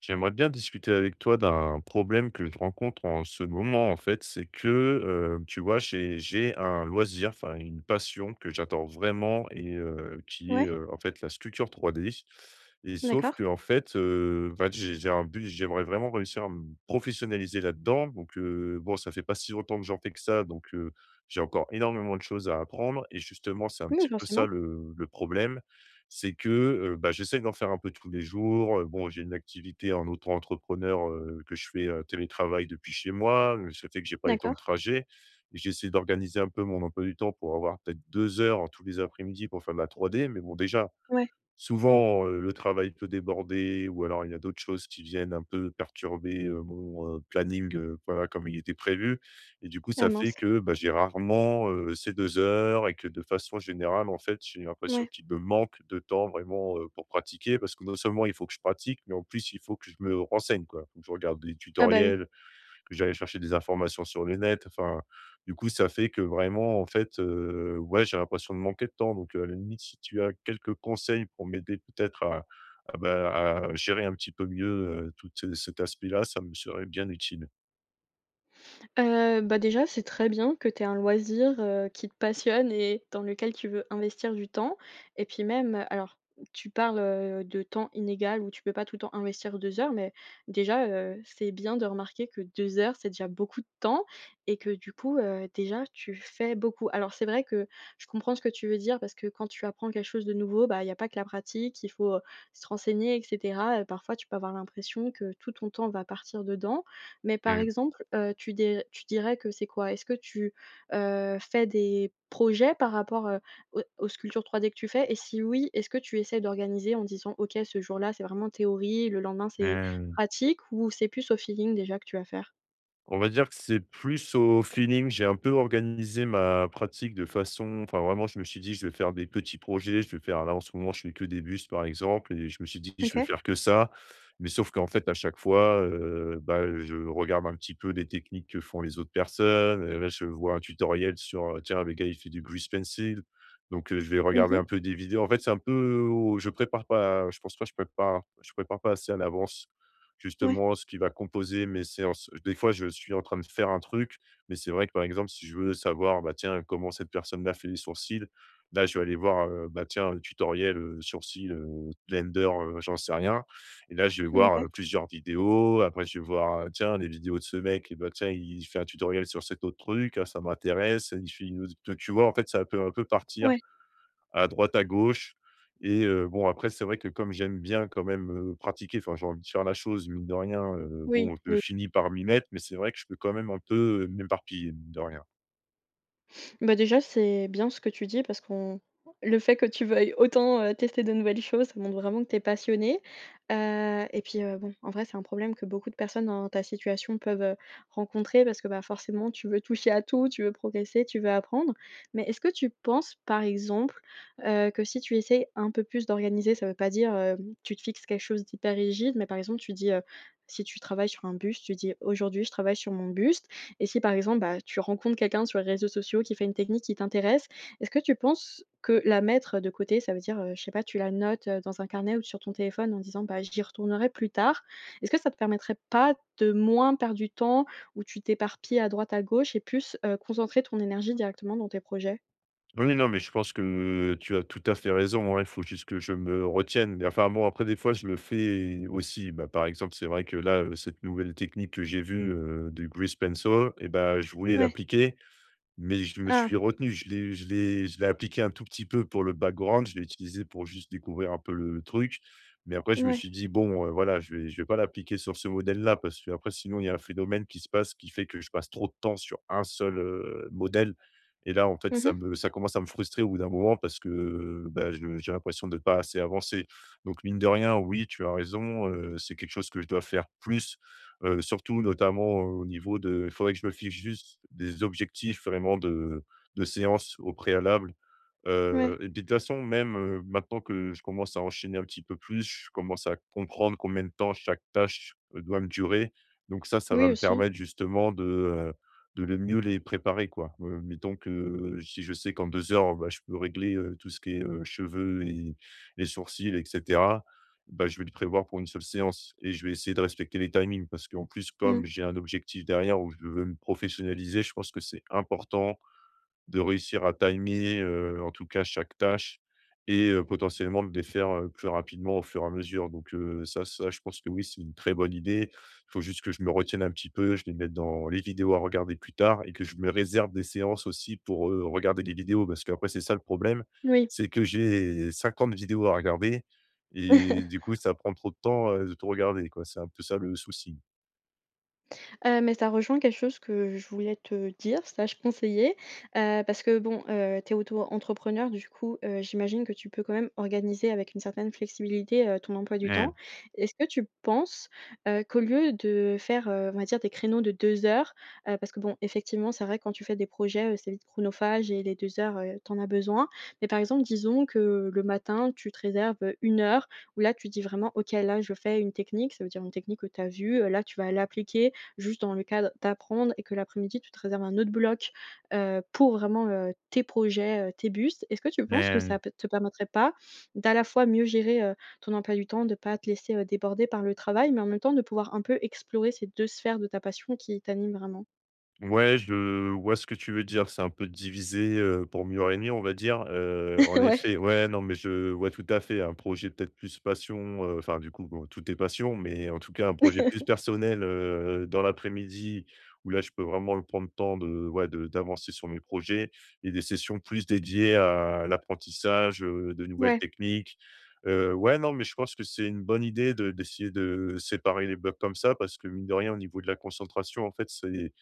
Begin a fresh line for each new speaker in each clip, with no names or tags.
J'aimerais bien discuter avec toi d'un problème que je rencontre en ce moment, en fait. C'est que, tu vois, j'ai un loisir, enfin une passion que j'adore vraiment et qui est,
Ouais,
en fait, la sculpture 3D et sauf que
d'accord.
en fait, bah, j'ai un but, j'aimerais vraiment réussir à me professionnaliser là-dedans donc bon, ça fait pas si longtemps que j'en fais que ça donc j'ai encore énormément de choses à apprendre et justement, c'est un
Oui,
petit peu ça
forcément.
le problème c'est que, bah, j'essaie d'en faire un peu tous les jours, bon, j'ai une activité en auto-entrepreneur, que je fais, télétravail depuis chez moi, ça fait que j'ai pas les temps de
D'accord.
trajet. Et j'essaie d'organiser un peu mon emploi du temps pour avoir peut-être 2 heures tous les après-midi pour faire de la 3D mais bon déjà,
Ouais.
souvent, le travail peut déborder ou alors il y a d'autres choses qui viennent un peu perturber, mon, planning, voilà, comme il était prévu et du coup,
Ah
ça fait
mince.
que, bah, j'ai rarement, ces 2 heures et que de façon générale, en fait, j'ai l'impression
Ouais.
qu'il me manque de temps vraiment, pour pratiquer parce que non seulement il faut que je pratique, mais en plus il faut que je me renseigne, quoi. Faut que je regarde des
Ah bah, oui.
tutoriels, que j'allais chercher des informations sur le net. Enfin, du coup, ça fait que vraiment, en fait, ouais, j'ai l'impression de manquer de temps. Donc, à la limite, si tu as quelques conseils pour m'aider peut-être à bah, à gérer un petit peu mieux, tout ce cet aspect-là, ça me serait bien utile.
Bah, déjà, c'est très bien que tu aies un loisir, qui te passionne et dans lequel tu veux investir du temps et puis même, alors tu parles, de temps inégal où tu peux pas tout le temps investir 2 heures, mais déjà, c'est bien de remarquer que 2 heures, c'est déjà beaucoup de temps et que du coup, déjà tu fais beaucoup. Alors c'est vrai que je comprends ce que tu veux dire parce que quand tu apprends quelque chose de nouveau, bah, il y a pas que la pratique, il faut, se renseigner et cetera et parfois tu peux avoir l'impression que tout ton temps va partir dedans. Mais par
Mmh
exemple, tu dirais que c'est quoi? Est-ce que tu, fais des projets par rapport, aux sculptures 3D que tu fais? Et si oui, est-ce que tu essaies d'organiser en disant: «OK, ce jour-là, c'est vraiment théorie, le lendemain, c'est
mh.
pratique» ou c'est plus au feeling déjà que tu vas faire?
On va dire que c'est plus au feeling. J'ai un peu organisé ma pratique de façon enfin, vraiment, je me suis dit: «Je vais faire des petits projets, je vais faire» là, en ce moment, je fais que des bustes, par exemple et je me suis dit: «Je vais
OK.
faire que ça». Mais sauf qu'en fait, à chaque fois, bah, je regarde un petit peu les techniques que font les autres personnes, là, je vois un tutoriel sur, tiens, le gars, il fait du grease pencil. Donc, je vais regarder
Mmh.
un peu des vidéos. En fait, c'est un peu au je prépare pas je pense pas je prépare pas assez à l'avance
Ouais.
justement ce qui va composer mes séances. Des fois, je suis en train de faire un truc, mais c'est vrai que par exemple, si je veux savoir, bah tiens, comment cette personne-là fait les sourcils, là, je vais aller voir, bah tiens, le tutoriel, sourcils, Blender, j'en sais rien et là, je vais voir,
OK.
plusieurs vidéos. Après, je vais voir, tiens, les vidéos de ce mec et bah tiens, il fait un tutoriel sur cet autre truc, ah ça m'intéresse, il fait une autre tu vois? En fait, ça peut un peu partir
Ouais.
à droite, à gauche. Et bon, après, c'est vrai que comme j'aime bien quand même, pratiquer, enfin, j'ai envie de faire la chose, mine de rien, bon,
Oui,
je finis par m'y mettre, mais c'est vrai que je peux quand même un peu, m'éparpiller, mine de rien.
bah, déjà, c'est bien ce que tu dis parce qu'on le fait que tu veuilles autant, tester de nouvelles choses, ça montre vraiment que tu es passionné, et puis, bon, en vrai, c'est un problème que beaucoup de personnes dans ta situation peuvent, rencontrer parce que, bah, forcément, tu veux toucher à tout, tu veux progresser, tu veux apprendre. Mais est-ce que tu penses, par exemple, que si tu essayes un peu plus d'organiser, ça veut pas dire, tu te fixes quelque chose d'hyper rigide, mais par exemple, tu dis, si tu travailles sur un buste, tu dis: «Aujourd'hui, je travaille sur mon buste». Et si par exemple, bah, tu rencontres quelqu'un sur les réseaux sociaux qui fait une technique qui t'intéresse, est-ce que tu penses que la mettre de côté, ça veut dire, je sais pas, tu la notes, dans un carnet ou sur ton téléphone en disant: «Bah, j'y retournerai plus tard». Est-ce que ça te permettrait pas de moins perdre du temps où tu t'éparpilles à droite à gauche et plus, concentrer ton énergie directement dans tes projets?
Oui, non, mais je pense que tu as tout à fait raison, ouais, il faut juste que je me retienne. Mais enfin, bon, après, des fois, je le fais aussi. Bah, par exemple, c'est vrai que là, cette nouvelle technique que j'ai vue, du grease pencil et ben je voulais
Ouais.
l'appliquer. Mais je me
Ah,
suis retenu, je l'ai appliqué un tout petit peu pour le background, je l'ai utilisé pour juste découvrir un peu le truc. Mais après je me
ouais.
suis dit: «Bon, voilà, je vais pas l'appliquer sur ce modèle-là» parce que après, sinon il y a un phénomène qui se passe qui fait que je passe trop de temps sur un seul, modèle et là en fait
Mhm.
ça commence à me frustrer au bout d'un moment parce que, bah, je j'ai l'impression de ne pas assez avancer. Donc mine de rien, oui, tu as raison, c'est quelque chose que je dois faire plus. Surtout notamment au niveau de il faudrait que je me fixe juste des objectifs vraiment de séance au préalable. Heu
Ouais.
et puis de toute façon, même, maintenant que je commence à enchaîner un petit peu plus, je commence à comprendre combien de temps chaque tâche, doit me durer. Donc ça va
Oui
me
aussi.
permettre justement de le mieux les préparer, quoi. Mettons que si je sais qu'en 2 heures, bah, je peux régler, tout ce qui est, cheveux et les sourcils et cetera, bah, je vais le prévoir pour une seule séance et je vais essayer de respecter les timings parce qu'en plus,
Mmh.
comme j'ai un objectif derrière où je veux me professionnaliser, je pense que c'est important de réussir à timer, en tout cas chaque tâche et potentiellement de les faire, plus rapidement au fur et à mesure. Donc ça je pense que oui, c'est une très bonne idée. Il faut juste que je me retienne un petit peu, je les mette dans les vidéos à regarder plus tard et que je me réserve des séances aussi pour, regarder des vidéos parce qu'après c'est ça le problème,
Oui.
c'est que j'ai 50 vidéos à regarder et du coup ça prend trop de temps, de tout regarder quoi. C'est un peu ça le souci.
Mais ça rejoint quelque chose que je voulais te dire, slash conseiller, parce que bon, tu es auto-entrepreneur du coup, j'imagine que tu peux quand même organiser avec une certaine flexibilité, ton emploi du
Mmh.
temps. Est-ce que tu penses, qu'au lieu de faire, on va dire des créneaux de 2 heures, parce que bon effectivement c'est vrai quand tu fais des projets, c'est vite chronophage et les 2 heures, tu en as besoin. Mais par exemple disons que le matin tu te réserves, 1 heure où là tu dis vraiment: «OK là je fais une technique», ça veut dire une technique que tu as vue, là tu vas l'appliquer juste dans le cadre d'apprendre et que l'après-midi, tu te réserves un autre bloc, pour vraiment, tes projets, tes bustes. Est-ce que tu penses que ça
Mmh.
peut te permettrait pas d'à la fois mieux gérer, ton emploi du temps, de pas te laisser, déborder par le travail, mais en même temps de pouvoir un peu explorer ces deux sphères de ta passion qui t'animent vraiment?
Ouais, je vois ce que tu veux dire. C'est un peu divisé pour mieux régner, on va dire. Heu, en
Ouais.
effet, ouais, non, mais je vois tout à fait un projet peut-être plus passion, enfin, du coup, bon, tout est passion, mais en tout cas, un projet plus personnel, dans l'après-midi où là, je peux vraiment me prendre le temps de, ouais, de d'avancer sur mes projets et des sessions plus dédiées à l'apprentissage, de nouvelles
Ouais.
techniques. Ouais, non, mais je pense que c'est une bonne idée de d'essayer de séparer les blocs comme ça parce que mine de rien, au niveau de la concentration, en fait, c'est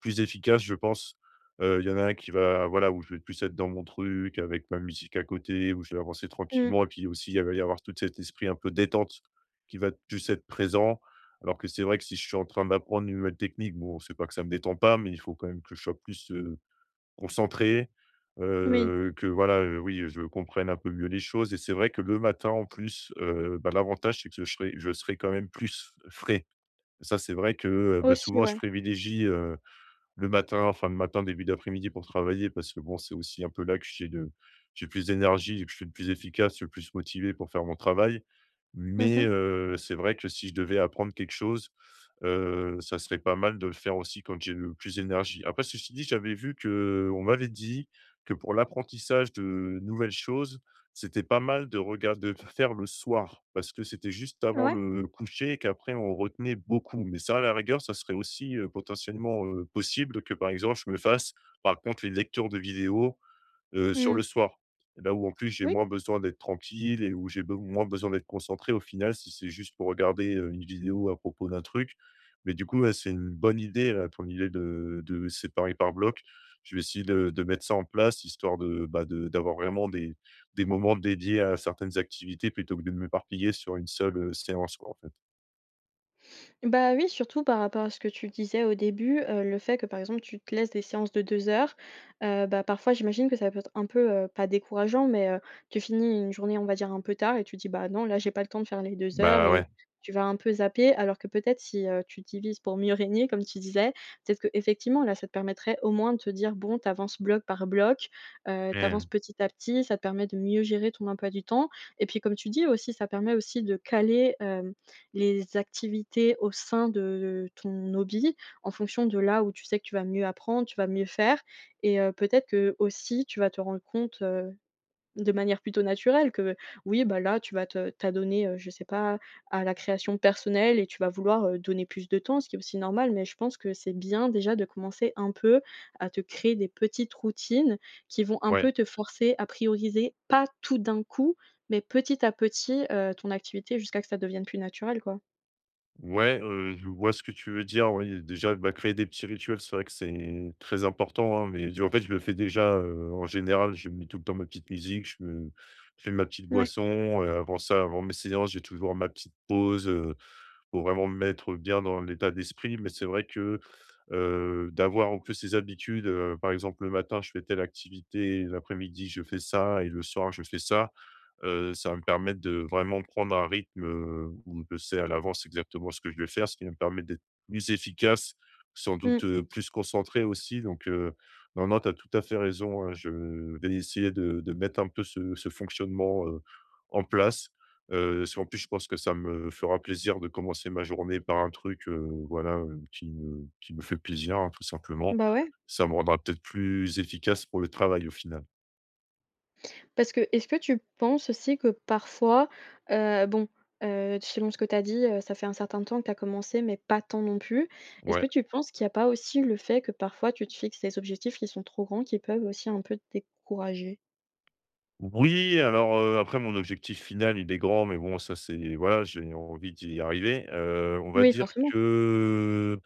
plus efficace, je pense. Il y en a un qui va voilà, où je vais plus être dans mon truc avec ma musique à côté, où je vais avancer
Mmh.
tranquillement et puis aussi, il va y avoir tout cet esprit un peu détente qui va plus être présent. Alors que c'est vrai que si je suis en train d'apprendre une nouvelle technique, bon, c'est pas que ça me détend pas, mais il faut quand même que je sois plus, concentré,
Oui.
que voilà, oui, je comprenne un peu mieux les choses et c'est vrai que le matin en plus, bah, l'avantage c'est que je serai quand même plus frais. Ça, c'est vrai que, bah,
Aussi,
souvent je
ouais.
privilégie, le matin, enfin le matin, début d'après-midi pour travailler parce que bon, c'est aussi un peu là que j'ai plus d'énergie que je suis le plus efficace, le plus motivé pour faire mon travail.
Mmh
Mais
mh.
c'est vrai que si je devais apprendre quelque chose, ça serait pas mal de le faire aussi quand j'ai le plus d'énergie. Après ceci dit, j'avais vu que on m'avait dit que pour l'apprentissage de nouvelles choses c'était pas mal de faire le soir parce que c'était juste avant
Ouais?
le coucher et qu'après on retenait beaucoup. Mais ça, à la rigueur, ça serait aussi, potentiellement, possible que, par exemple, je me fasse, par contre, les lectures de vidéos sur le
Mmh.
soir. Là où en plus j'ai
Oui.
moins besoin d'être tranquille et où j'ai be moins besoin d'être concentré au final, si c'est juste pour regarder, une vidéo à propos d'un truc. Mais du coup, ouais, c'est une bonne idée là, ton idée de séparer par bloc. Je vais essayer de mettre ça en place histoire de, bah, de d'avoir vraiment des moments dédiés à certaines activités plutôt que de m'éparpiller sur une seule, séance quoi, en fait.
Bah oui, surtout par rapport à ce que tu disais au début, le fait que, par exemple, tu te laisses des séances de 2 heures, bah, parfois j'imagine que ça peut être un peu, pas décourageant, mais, tu finis une journée, on va dire, un peu tard et tu dis: «Bah, non, là, j'ai pas le temps de faire les 2 heures»
Bah, ouais,
et tu vas un peu zapper. Alors que peut-être si, tu divises pour mieux régner, comme tu disais, peut-être que effectivement là, ça te permettrait au moins de te dire: «Bon, tu avances bloc par bloc, tu
mmh,
avances petit à petit», ça te permet de mieux gérer ton emploi du temps et puis, comme tu dis aussi, ça permet aussi de caler, les activités au sein de ton hobby, en fonction de là où tu sais que tu vas mieux apprendre, tu vas mieux faire et peut-être que aussi tu vas te rendre compte, de manière plutôt naturelle que oui, bah, là, tu vas te t'adonner, je sais pas, à la création personnelle et tu vas vouloir, donner plus de temps, ce qui est aussi normal. Mais je pense que c'est bien déjà de commencer un peu à te créer des petites routines qui vont un
ouais.
peu te forcer à prioriser, pas tout d'un coup, mais petit à petit, ton activité jusqu'à que ça devienne plus naturel, quoi.
Ouais, je vois ce que tu veux dire, oui, déjà, bah, créer des petits rituels, c'est vrai que c'est très important, hein, mais en fait, je le fais déjà, en général, je mets tout le temps ma petite musique, je fais ma petite
Ouais,
boisson, avant ça, avant mes séances, j'ai toujours ma petite pause, pour vraiment me mettre bien dans l'état d'esprit. Mais c'est vrai que, d'avoir un peu ces habitudes, par exemple, le matin, je fais telle activité, l'après-midi, je fais ça et le soir, je fais ça. Ça va me permettre de vraiment prendre un rythme, où je sais à l'avance exactement ce que je vais faire, ce qui va me permettre d'être plus efficace, sans doute,
mmh.
plus concentré aussi donc non, non, tu as tout à fait raison, hein. Je vais essayer de mettre un peu ce fonctionnement, en place, parce qu'en plus je pense que ça me fera plaisir de commencer ma journée par un truc, voilà, qui me fait plaisir, hein, tout simplement.
Bah, ouais,
Ça me rendra peut-être plus efficace pour le travail au final.
parce que est-ce que tu penses aussi que parfois, bon, selon ce que tu as dit, ça fait un certain temps que tu as commencé, mais pas tant non plus. Est-ce
Ouais.
que tu penses qu'il y a pas aussi le fait que parfois tu te fixes des objectifs qui sont trop grands, qui peuvent aussi un peu te décourager?
Oui, alors, après mon objectif final, il est grand, mais bon, ça c'est voilà, j'ai envie d'y arriver. On va
Oui,
dire
forcément,
que,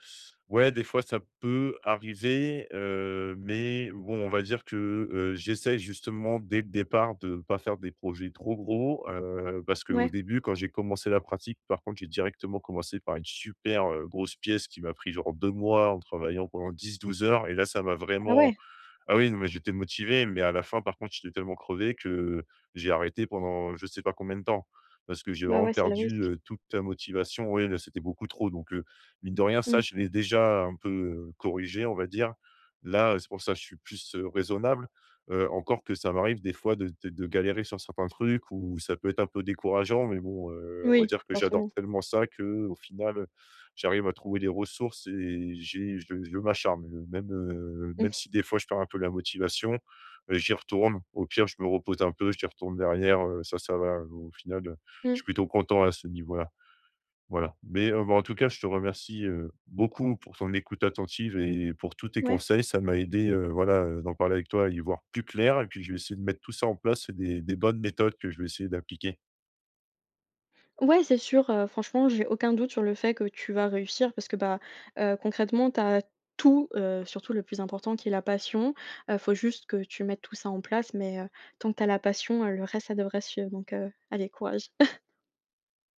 ouais, des fois ça peut arriver, mais bon, on va dire que, j'essaie justement dès le départ de ne pas faire des projets trop gros, parce qu'au
ouais.
début, quand j'ai commencé la pratique, par contre, j'ai directement commencé par une super, grosse pièce qui m'a pris genre 2 mois en travaillant pendant 10-12 heures et là, ça m'a
Ah
vraiment.
ouais,
Ah oui, non, mais j'étais motivé, mais à la fin, par contre, j'étais tellement crevé que j'ai arrêté pendant je sais pas combien de temps. Parce que j'ai
bah,
vraiment
ouais, c'est le
perdu,
risque.
toute la motivation. Oui, là, c'était beaucoup trop, donc mine de rien, ça,
Mmh.
je l'ai déjà un peu, corrigé, on va dire. Là, c'est pour ça, que je suis plus, raisonnable, encore que ça m'arrive des fois de galérer sur certains trucs où ça peut être un peu décourageant, mais bon, on va
Oui,
dire que j'adore
forcément.
tellement ça que au final j'arrive à trouver des ressources et j'ai je m'acharne, même, même
Mmh.
si des fois je perds un peu la motivation, j'y retourne. Au pire, je me repose un peu, j'y retourne derrière, ça va, au final, je
Mmh.
suis plutôt content à ce niveau-là. Voilà, mais, bah, en tout cas, je te remercie, beaucoup pour ton écoute attentive et pour tous tes
Ouais.
conseils. Ça m'a aidé, voilà, d'en parler avec toi, à y voir plus clair et puis je vais essayer de mettre tout ça en place. C'est des bonnes méthodes que je vais essayer d'appliquer.
Ouais, c'est sûr, franchement, j'ai aucun doute sur le fait que tu vas réussir parce que, bah, concrètement, tu as tout, surtout le plus important qui est la passion. Faut juste que tu mettes tout ça en place, mais, tant que tu as la passion, le reste ça devrait suivre donc, allez courage.